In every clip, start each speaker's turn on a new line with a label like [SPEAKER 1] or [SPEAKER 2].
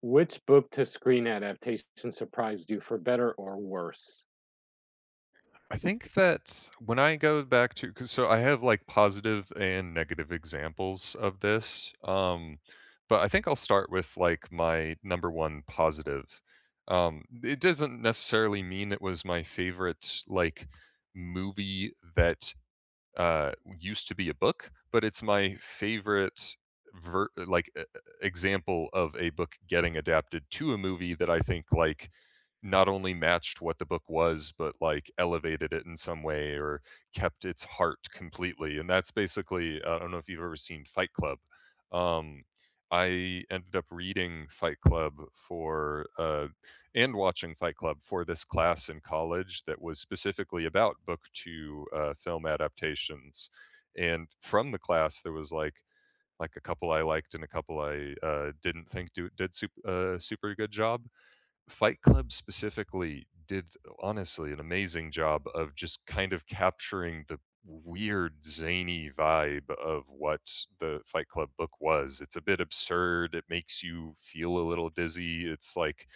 [SPEAKER 1] Which book to screen adaptation surprised you for better or worse?
[SPEAKER 2] I think that when I go back to 'cause so I have, like, positive and negative examples of this, but I think I'll start with, like, my number 1 positive. It doesn't necessarily mean it was my favorite, like, movie that uh, used to be a book, but it's my favorite ver- uh, like e- e, example of a book getting adapted to a movie that I think like not only matched what the book was, but like elevated it in some way or kept its heart completely. And that's basically I don't know if you've ever seen Fight Club. Um, I ended up reading Fight Club for and watching Fight Club for this class in college that was specifically about book to film adaptations. And from the class, there was like a couple I liked and a couple I didn't did super, super good job. Fight Club specifically did honestly an amazing job of just kind of capturing the weird zany vibe of what the Fight Club book was. It's a bit absurd. It makes you feel a little dizzy. It's like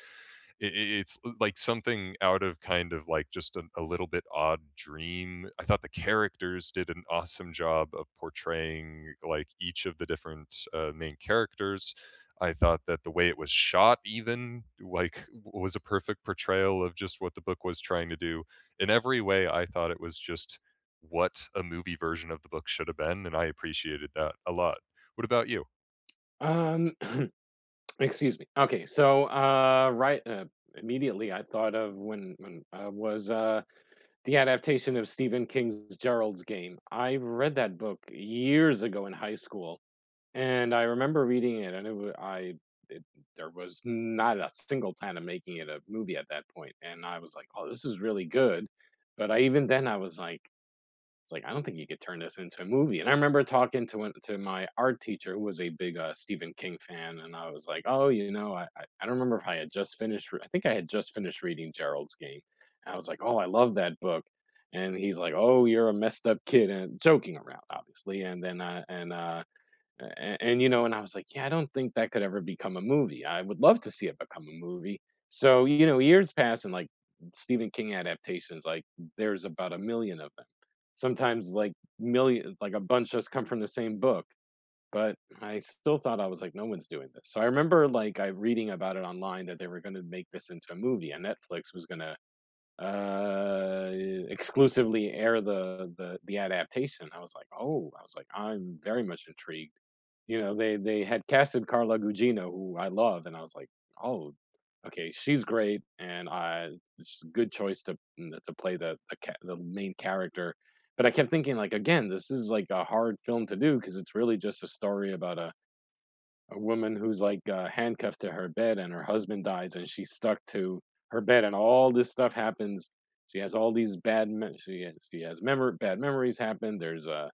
[SPEAKER 2] it's like something out of kind of like just a little bit odd dream. I thought the characters did an awesome job of portraying like each of the different main characters. I thought that the way it was shot, even like, was a perfect portrayal of just what the book was trying to do. In every way, I thought it was just what a movie version of the book should have been, and I appreciated that a lot. What about you?
[SPEAKER 1] Um, excuse me. Okay, so right immediately I thought of when was the adaptation of Stephen King's Gerald's Game. I read that book years ago in high school, and I remember reading it, and it wa- I it, there was not a single plan of making it a movie at that point, and I was like, oh, this is really good. But I even then I was like It's like, I don't think you could turn this into a movie. And I remember talking to to my art teacher who was a big Stephen King fan, and I was like, oh, you know, I don't remember if I had just I think I had just finished reading Gerald's Game, and I was like, oh, I love that book. And he's like, oh, you're a messed up kid, and joking around, obviously. And then and you know, and I was like, yeah, I don't think that could ever become a movie. I would love to see it become a movie. So, you know, years pass and like Stephen King adaptations, like there's about a million of them. Sometimes like million, like a bunch just come from the same book. But I still thought, I was like, no one's doing this. So I remember like I reading about it online that they were going to make this into a movie and Netflix was going to uh exclusively air the adaptation. I was like, oh, I was like, I'm very much intrigued. You know, they had casted Carla Gugino, who I love, and I was like, oh, okay, she's great. And i it's a good choice to to play the main character. But I kept thinking, like, again, this is like a hard film to do because it's really just a story about a woman who's like handcuffed to her bed and her husband dies and she's stuck to her bed and all this stuff happens. She has all these bad me- she has memor- bad memories happen, there's a,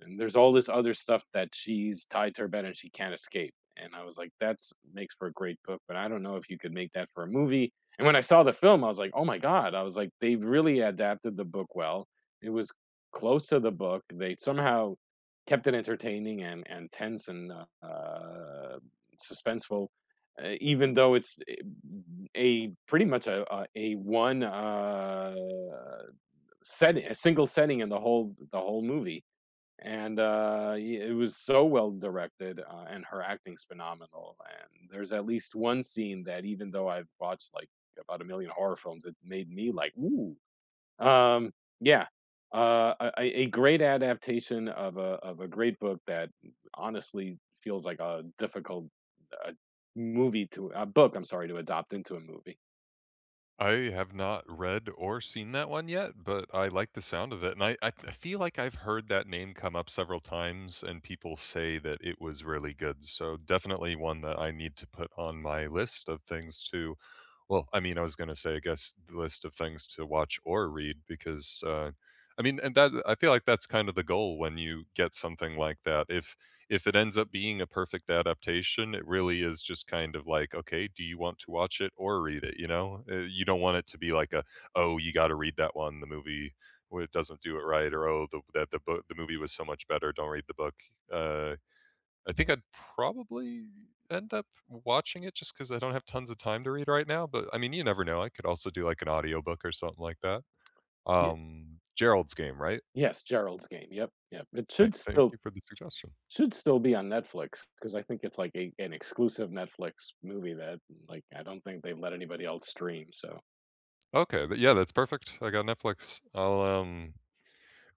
[SPEAKER 1] and there's all this other stuff that she's tied to her bed and she can't escape. And I was like, that's, makes for a great book, but I don't know if you could make that for a movie. And when I saw the film, I was like, oh my God. I was like, they really adapted the book well. It was close to the book. They somehow kept it entertaining and tense and suspenseful, even though it's pretty much a one setting, a single setting in the whole movie. It was so well directed, and her acting's phenomenal, and there's at least one scene that, even though I've watched like about a million horror films, it made me like, ooh. um yeah a a great adaptation of a great book that, honestly, feels like a difficult, uh, movie to a book, I'm sorry, to adopt into a movie.
[SPEAKER 2] I have not read or seen that one yet, but I like the sound of it, and I feel like I've heard that name come up several times, and people say that it was really good, so definitely one that I need to put on my list of things to well, I mean, I was gonna say, I guess, the list of things to watch or read because I mean, and that I feel like that's kind of the goal when you get something like that. If it ends up being a perfect adaptation, it really is just kind of like, okay, do you want to watch it or read it? You know, you don't want it to be like a, oh, you got to read that one. The movie well, it doesn't do it right, or oh, the that the book, the movie was so much better. Don't read the book. Uh, I think I'd probably end up watching it just because I don't have tons of time to read right now. But I mean, you never know. I could also do like an audiobook or something like that.
[SPEAKER 1] Ye-
[SPEAKER 2] Gerald's game, right?
[SPEAKER 1] yes, Gerald's Game, yep, yep, it
[SPEAKER 2] Right.
[SPEAKER 1] should
[SPEAKER 2] Thank
[SPEAKER 1] still
[SPEAKER 2] you for the suggestion.
[SPEAKER 1] should still be on Netflix because I think it's like an exclusive Netflix movie that, like, I don't think they've let anybody else stream. So
[SPEAKER 2] Okay, th yeah, that's perfect. I got Netflix. I'll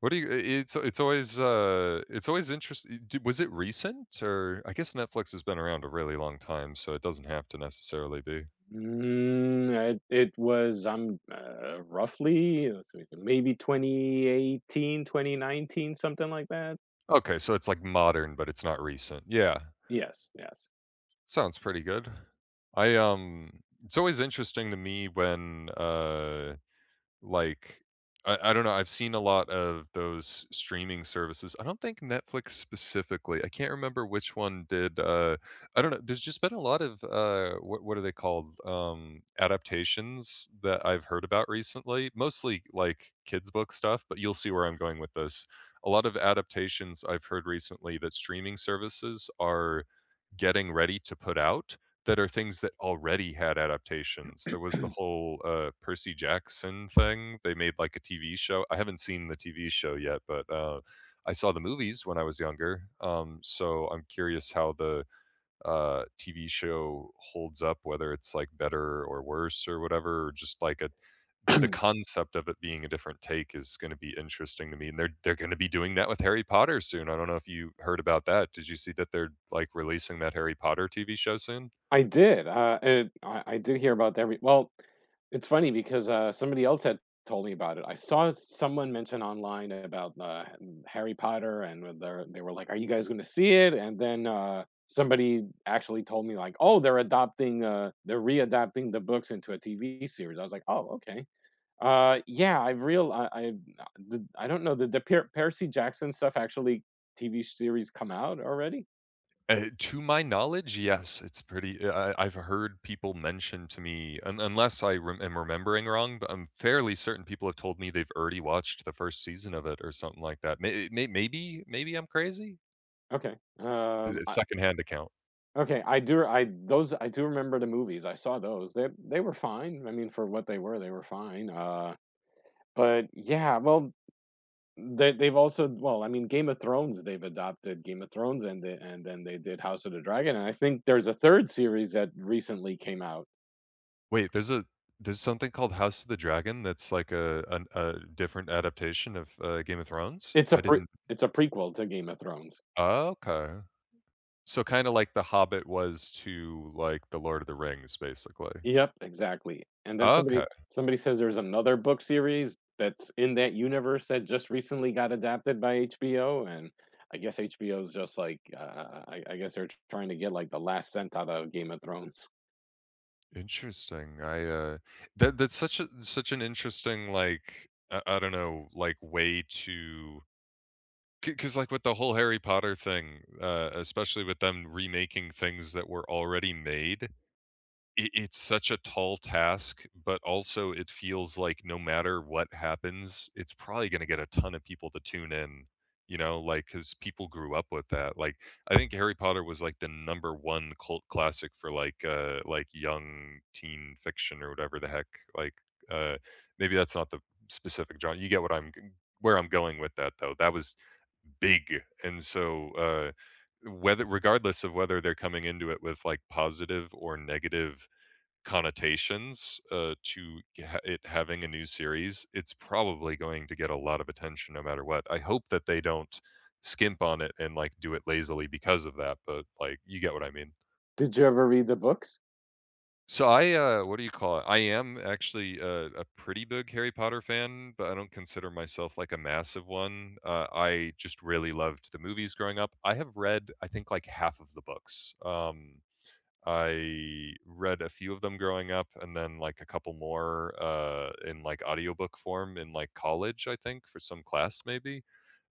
[SPEAKER 2] what do you I it's it's always interesting. Was it recent? Or I guess Netflix has been around a really long time, so it doesn't have to necessarily be.
[SPEAKER 1] it was roughly, so maybe 2018, 2019, something like that.
[SPEAKER 2] Okay, so it's, like, modern, but it's not recent. Yeah.
[SPEAKER 1] Yes, yes.
[SPEAKER 2] Sounds pretty good. I, it's always interesting to me when like, I don't know. I've seen a lot of those streaming services. I don't think Netflix specifically. I can't remember which one did. I don't know. There's just been a lot of what are they called? Adaptations that I've heard about recently. Mostly like kids book stuff, but you'll see where I'm going with this. A lot of adaptations I've heard recently that streaming services are getting ready to put out that are things that already had adaptations. There was the whole Percy Jackson thing. They made, like, a TV show. I haven't seen the TV show yet, but I saw the movies when I was younger, so I'm curious how the TV show holds up, whether it's, like, better or worse or whatever, or just, like, a the concept of it being a different take is gonna be interesting to me, and they're gonna be doing that with Harry Potter soon. I don't know if you heard about that. Did you see that they're, like, releasing that Harry Potter TV show soon?
[SPEAKER 1] I did, and I did hear about every, well, it's funny because, somebody else had told me about it. I saw someone mention online about, Harry Potter, and with their they were like, "Are you guys gonna see it?" And then, somebody actually told me like, "Oh, they're adopting, they're readapting the books into a TV series." I was like, "Oh, okay." Yeah, I've real I the I don't know, did the Per Percy Jackson stuff actually TV series come out already?
[SPEAKER 2] To my knowledge, yes, it's pretty I have heard people mention to me un unless I rem am remembering wrong, but I'm fairly certain people have told me they've already watched the 1st season of it or something like that. Maybe I'm crazy?
[SPEAKER 1] Okay.
[SPEAKER 2] Secondhand account.
[SPEAKER 1] Okay, I do remember the movies. I saw those. They were fine. I mean, for what they were fine. But yeah, well, they they've also, well, I mean, Game of Thrones, they've adopted Game of Thrones, and and then they did House of the Dragon, and I think there's a third series that recently came out.
[SPEAKER 2] Wait, there's something called House of the Dragon that's like a different adaptation of Game of Thrones?
[SPEAKER 1] It's a
[SPEAKER 2] I
[SPEAKER 1] pre-
[SPEAKER 2] didn't.
[SPEAKER 1] it's a prequel to Game of Thrones.
[SPEAKER 2] Okay. So kinda like The Hobbit was to, like, The Lord of the Rings, basically.
[SPEAKER 1] Yep, exactly, and then
[SPEAKER 2] Okay.
[SPEAKER 1] somebody says there's another book series that's in that universe that just recently got adapted by HBO, and I guess HBO's just like, I guess they're trying to get, like, the last cent out of Game of Thrones.
[SPEAKER 2] Interesting. I That that's such an interesting like I don't know, like way to because like with the whole Harry Potter thing, especially with them remaking things that were already made, it's such a tall task, but also it feels like no matter what happens, it's probably going to get a ton of people to tune in, you know, like because people grew up with that. Like I think Harry Potter was like the number one cult classic for like young teen fiction or whatever the heck. Like uh maybe that's not the specific genre. You get what where I'm going with that though. That was big. And so whether regardless of whether they're coming into it with like positive or negative connotations to it having a new series, it's probably going to get a lot of attention no matter what. I hope that they don't skimp on it and like do it lazily because of that, but like you get what I mean.
[SPEAKER 1] Did you ever read the books?
[SPEAKER 2] So I what do you call it? I am actually a pretty big Harry Potter fan, but I don't consider myself like a massive one. I just really loved the movies growing up. I have read I think like half of the books. I read a few of them growing up and then, like, a couple more, in, like, audiobook form in, like, college, I think, for some class maybe.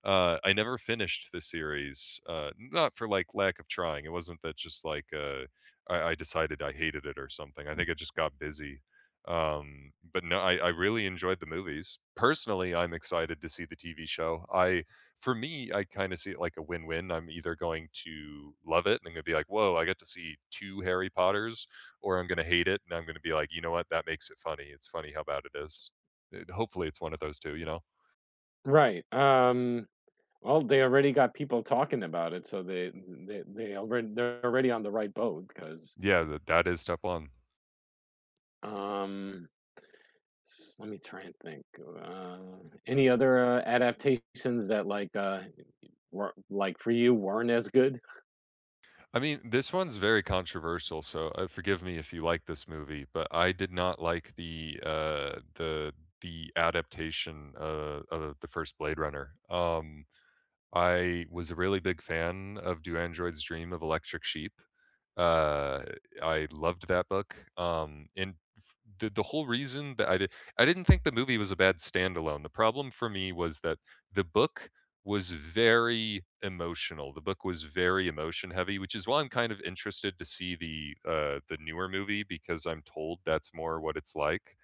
[SPEAKER 2] I never finished the series, not for, like, lack of trying. It wasn't that just, like, I decided I hated it or something. I think I just got busy. But no, I really enjoyed the movies. Personally, I'm excited to see the TV show. I for me, I kind of see it like a win-win. I'm either going to love it and I'm going to be like, "Whoa, I get to see 2 Harry Potters," or I'm going to hate it and I'm going to be like, "You know what? That makes it funny. It's funny how bad it is." It, hopefully, it's one of those 2, you know?
[SPEAKER 1] Right, well, they already got people talking about it, so they already, they're already on the right boat because,
[SPEAKER 2] Yeah, th that is step 1.
[SPEAKER 1] um, s, let me try and think, uh, any other, adaptations that, like, uh, were like for you weren't as good.
[SPEAKER 2] I mean, this one's very controversial, so forgive me if you like this movie, but I did not like the the adaptation of the first Blade Runner. I was a really big fan of Do Androids Dream of Electric Sheep. Uh, I loved that book, and the whole reason that I did I didn't think the movie was a bad standalone. The problem for me was that the book was very emotional. The book was very emotion heavy, which is why I'm kind of interested to see the the newer movie because I'm told that's more what it's like.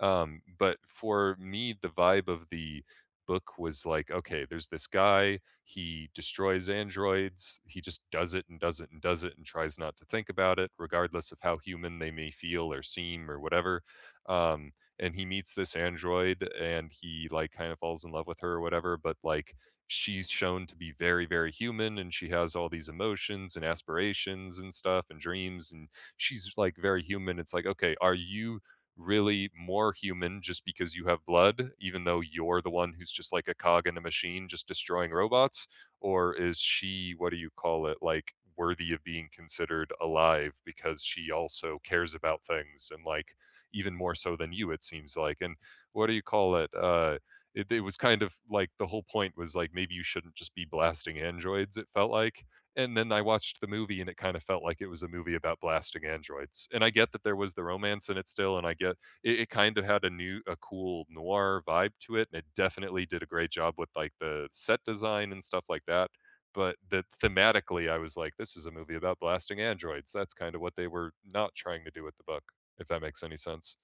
[SPEAKER 2] But for me, the vibe of the book was like, okay, there's this guy, he destroys androids, he just does it and does it and does it and tries not to think about it, regardless of how human they may feel or seem or whatever. Um, and he meets this android and he like kind of falls in love with her or whatever, but like she's shown to be very, very human and she has all these emotions and aspirations and stuff and dreams and she's like very human. It's like, okay, are you really more human just because you have blood, even though you're the one who's just like a cog in a machine just destroying robots? Or is she, what do you call it, like worthy of being considered alive because she also cares about things and like even more so than you, it seems like. And what do you call it? It was kind of like the whole point was like maybe you shouldn't just be blasting androids, it felt like and then I watched the movie and it kind of felt like it was a movie about blasting androids. And I get that there was the romance in it still, and it kind of had a cool noir vibe to it, and it definitely did a great job with like the set design and stuff like that. But that thematically, I was like, this is a movie about blasting androids. That's kind of what they were not trying to do with the book, if that makes any sense.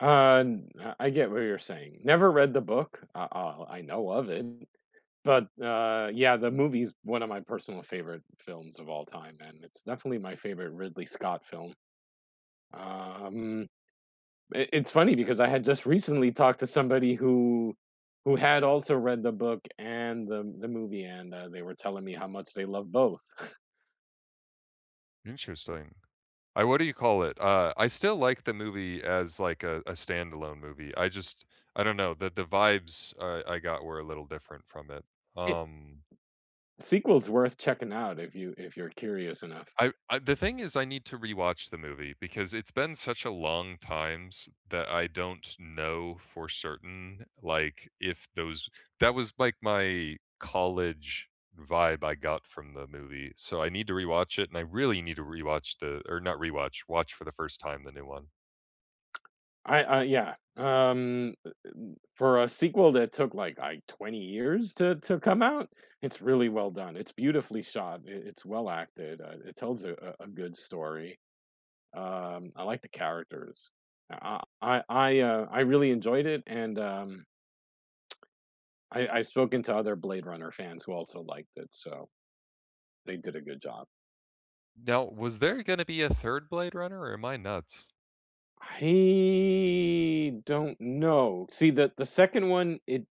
[SPEAKER 1] Uh, I get what you're saying. Never read the book. I know of it, but, yeah, the movie's one of my personal favorite films of all time, and it's definitely my favorite Ridley Scott film. Um, it's funny because I had just recently talked to somebody who had also read the book and the movie, and, they were telling me how much they love both.
[SPEAKER 2] Interesting. I what do you call it? I still like the movie as, like, a standalone movie. I just I don't know, the vibes I got were a little different from it.
[SPEAKER 1] It-
[SPEAKER 2] Um,
[SPEAKER 1] Sequel's worth checking out if you if you're curious enough.
[SPEAKER 2] I the thing is I need to rewatch the movie because it's been such a long time s that I don't know for certain, like, if those that was, like, my college vibe I got from the movie, so I need to rewatch it, and I really need to rewatch the or not rewatch, watch for the first time the new one.
[SPEAKER 1] I yeah. For a sequel that took like 20 years to come out, it's really well done. It's beautifully shot. It's well acted. It tells a good story. I like the characters. I really enjoyed it, and, I, I've spoken to other Blade Runner fans who also liked it, so they did a good job.
[SPEAKER 2] Now, was there gonna be a 3rd Blade Runner, or am I nuts?
[SPEAKER 1] I don't know. See the second one, it.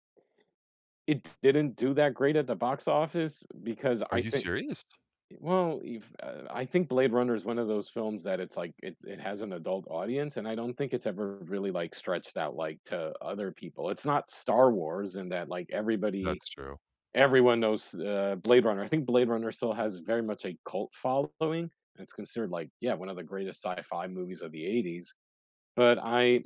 [SPEAKER 1] It didn't do that great at the box office because
[SPEAKER 2] Are
[SPEAKER 1] I
[SPEAKER 2] you
[SPEAKER 1] think,
[SPEAKER 2] serious?
[SPEAKER 1] well, if, I think Blade Runner is one of those films that, it's like, it has an adult audience, and I don't think it's ever really like stretched out like to other people. It's not Star Wars in that like everybody
[SPEAKER 2] That's true.
[SPEAKER 1] everyone knows, Blade Runner. I think Blade Runner still has very much a cult following. It's considered like, yeah, one of the greatest sci-fi movies of the 80s. But I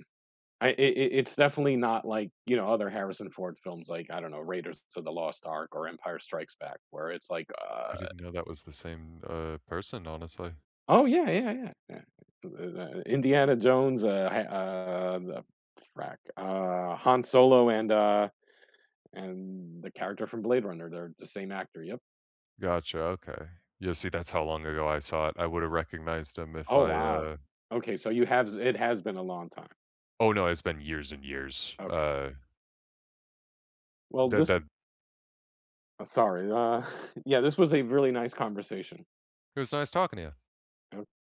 [SPEAKER 1] I it's definitely not like, you know, other Harrison Ford films like, I don't know, Raiders of the Lost Ark or Empire Strikes Back, where it's like,
[SPEAKER 2] I didn't know that was the same person, honestly.
[SPEAKER 1] oh, yeah, yeah, yeah, yeah. Indiana Jones, ha the frack, Han Solo, and the character from Blade Runner, they're the same actor, yep.
[SPEAKER 2] Gotcha, okay. Yeah, see, that's how long ago I saw it. I would've recognized him if
[SPEAKER 1] Oh,
[SPEAKER 2] I,
[SPEAKER 1] wow.
[SPEAKER 2] uh
[SPEAKER 1] Okay, so you have, it has been a long time.
[SPEAKER 2] Oh, no, it's been years and years.
[SPEAKER 1] Okay. Well,
[SPEAKER 2] That
[SPEAKER 1] this,
[SPEAKER 2] that
[SPEAKER 1] sorry, yeah, this was a really nice conversation.
[SPEAKER 2] it was nice talking to you.